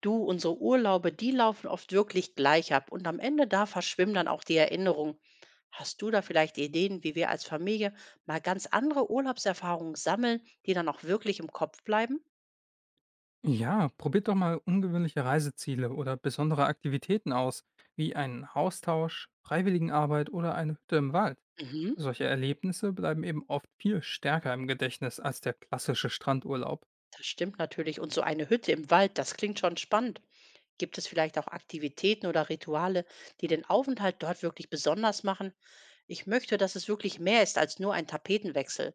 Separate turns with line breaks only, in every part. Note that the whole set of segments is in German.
Du, unsere Urlaube, die laufen oft wirklich gleich ab und am Ende da verschwimmen dann auch die Erinnerungen. Hast du da vielleicht Ideen, wie wir als Familie mal ganz andere Urlaubserfahrungen sammeln, die dann auch wirklich im Kopf bleiben?
Ja, probiert doch mal ungewöhnliche Reiseziele oder besondere Aktivitäten aus, wie einen Austausch, Freiwilligenarbeit oder eine Hütte im Wald.
Mhm,
Solche Erlebnisse bleiben eben oft viel stärker im Gedächtnis als der klassische Strandurlaub.
das stimmt natürlich. Und so eine Hütte im Wald, das klingt schon spannend. Gibt es vielleicht auch Aktivitäten oder Rituale, die den Aufenthalt dort wirklich besonders machen? Ich möchte, dass es wirklich mehr ist als nur ein Tapetenwechsel.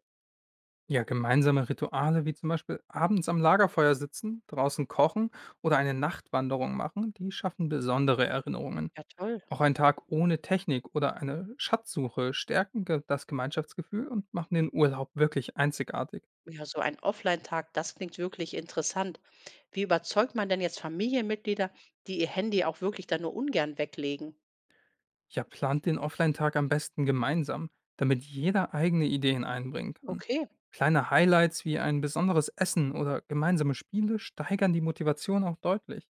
Ja, gemeinsame Rituale wie zum Beispiel abends am Lagerfeuer sitzen, draußen kochen oder eine Nachtwanderung machen, die schaffen besondere Erinnerungen.
Ja, toll.
Auch ein Tag ohne Technik oder eine Schatzsuche stärken das Gemeinschaftsgefühl und machen den Urlaub wirklich einzigartig.
Ja, so ein Offline-Tag, das klingt wirklich interessant. Wie überzeugt man denn jetzt Familienmitglieder, die ihr Handy auch wirklich dann nur ungern weglegen?
Ja, plant den Offline-Tag am besten gemeinsam, damit jeder eigene Ideen einbringen kann.
Okay,
Kleine Highlights wie ein besonderes Essen oder gemeinsame Spiele steigern die Motivation auch deutlich.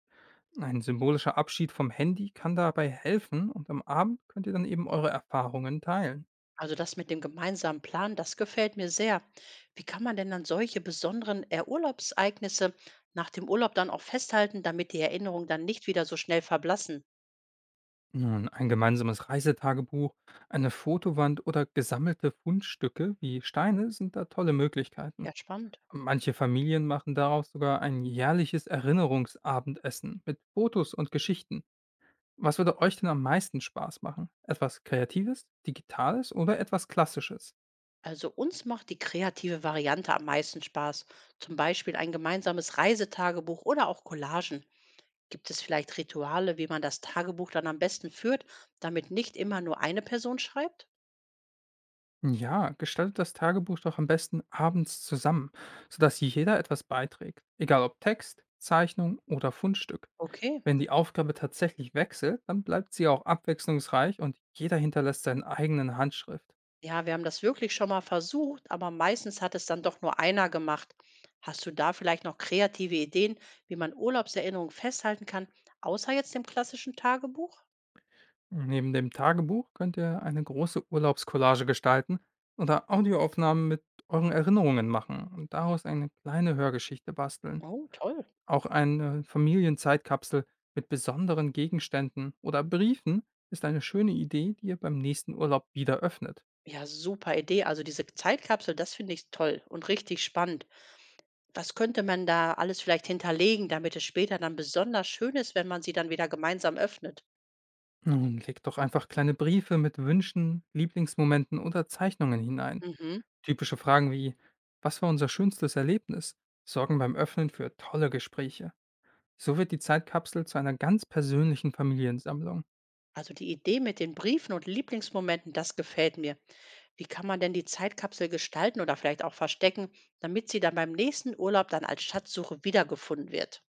Ein symbolischer Abschied vom Handy kann dabei helfen und am Abend könnt ihr dann eben eure Erfahrungen teilen.
also das mit dem gemeinsamen Plan, das gefällt mir sehr. Wie kann man denn dann solche besonderen Urlaubseignisse nach dem Urlaub dann auch festhalten, damit die Erinnerungen dann nicht wieder so schnell verblassen?
Nun, ein gemeinsames Reisetagebuch, eine Fotowand oder gesammelte Fundstücke wie Steine sind da tolle Möglichkeiten.
Ja, spannend.
Manche Familien machen daraus sogar ein jährliches Erinnerungsabendessen mit Fotos und Geschichten. Was würde euch denn am meisten Spaß machen? Etwas Kreatives, Digitales oder etwas Klassisches?
Also uns macht die kreative Variante am meisten Spaß. Zum Beispiel ein gemeinsames Reisetagebuch oder auch Collagen. Gibt es vielleicht Rituale, wie man das Tagebuch dann am besten führt, damit nicht immer nur eine Person schreibt?
Ja, gestaltet das Tagebuch doch am besten abends zusammen, sodass jeder etwas beiträgt, egal ob Text, Zeichnung oder Fundstück.
Okay.
Wenn die Aufgabe tatsächlich wechselt, dann bleibt sie auch abwechslungsreich und jeder hinterlässt seinen eigenen Handschrift.
Ja, wir haben das wirklich schon mal versucht, aber meistens hat es dann doch nur einer gemacht. Hast du da vielleicht noch kreative Ideen, wie man Urlaubserinnerungen festhalten kann, außer jetzt dem klassischen Tagebuch?
Neben dem Tagebuch könnt ihr eine große Urlaubskollage gestalten oder Audioaufnahmen mit euren Erinnerungen machen und daraus eine kleine Hörgeschichte basteln.
Oh, toll.
Auch eine Familienzeitkapsel mit besonderen Gegenständen oder Briefen ist eine schöne Idee, die ihr beim nächsten Urlaub wieder öffnet.
Ja, super Idee. Also diese Zeitkapsel, das finde ich toll und richtig spannend. Was könnte man da alles vielleicht hinterlegen, damit es später dann besonders schön ist, wenn man sie dann wieder gemeinsam öffnet?
Nun legt doch einfach kleine Briefe mit Wünschen, Lieblingsmomenten oder Zeichnungen hinein.
Mhm.
Typische Fragen wie "Was war unser schönstes Erlebnis?" sorgen beim Öffnen für tolle Gespräche. So wird die Zeitkapsel zu einer ganz persönlichen Familiensammlung.
Also die Idee mit den Briefen und Lieblingsmomenten, das gefällt mir. Wie kann man denn die Zeitkapsel gestalten oder vielleicht auch verstecken, damit sie dann beim nächsten Urlaub dann als Schatzsuche wiedergefunden wird?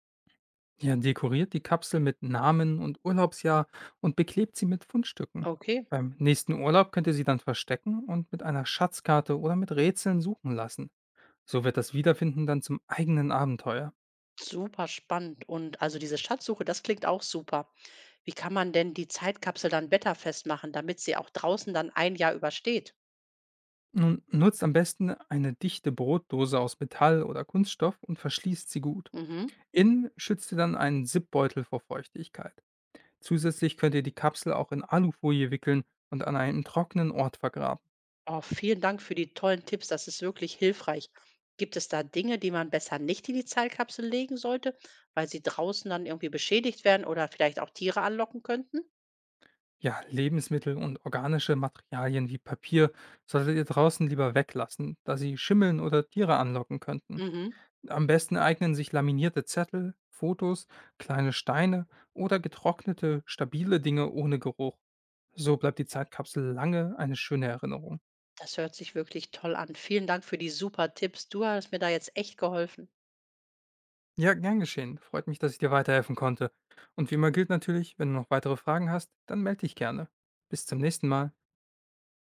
Er dekoriert die Kapsel mit Namen und Urlaubsjahr und beklebt sie mit Fundstücken.
Okay,
Beim nächsten Urlaub könnt ihr sie dann verstecken und mit einer Schatzkarte oder mit Rätseln suchen lassen. So wird das Wiederfinden dann zum eigenen Abenteuer.
super spannend. Und also diese Schatzsuche, das klingt auch super. Wie kann man denn die Zeitkapsel dann wetterfest machen, damit sie auch draußen dann ein Jahr übersteht?
Nun nutzt am besten eine dichte Brotdose aus Metall oder Kunststoff und verschließt sie gut.
Mhm.
Innen schützt ihr dann einen Zipbeutel vor Feuchtigkeit. Zusätzlich könnt ihr die Kapsel auch in Alufolie wickeln und an einem trockenen Ort vergraben.
Oh, vielen Dank für die tollen Tipps. Das ist wirklich hilfreich. Gibt es da Dinge, die man besser nicht in die Zeitkapsel legen sollte, weil sie draußen dann irgendwie beschädigt werden oder vielleicht auch Tiere anlocken könnten?
Ja, Lebensmittel und organische Materialien wie Papier solltet ihr draußen lieber weglassen, da sie schimmeln oder Tiere anlocken könnten.
Mhm.
Am besten eignen sich laminierte Zettel, Fotos, kleine Steine oder getrocknete, stabile Dinge ohne Geruch. So bleibt die Zeitkapsel lange eine schöne Erinnerung.
Das hört sich wirklich toll an. Vielen Dank für die super Tipps. Du hast mir da jetzt echt geholfen.
Ja, gern geschehen. Freut mich, dass ich dir weiterhelfen konnte. Und wie immer gilt natürlich, wenn du noch weitere Fragen hast, dann melde dich gerne. Bis zum nächsten Mal.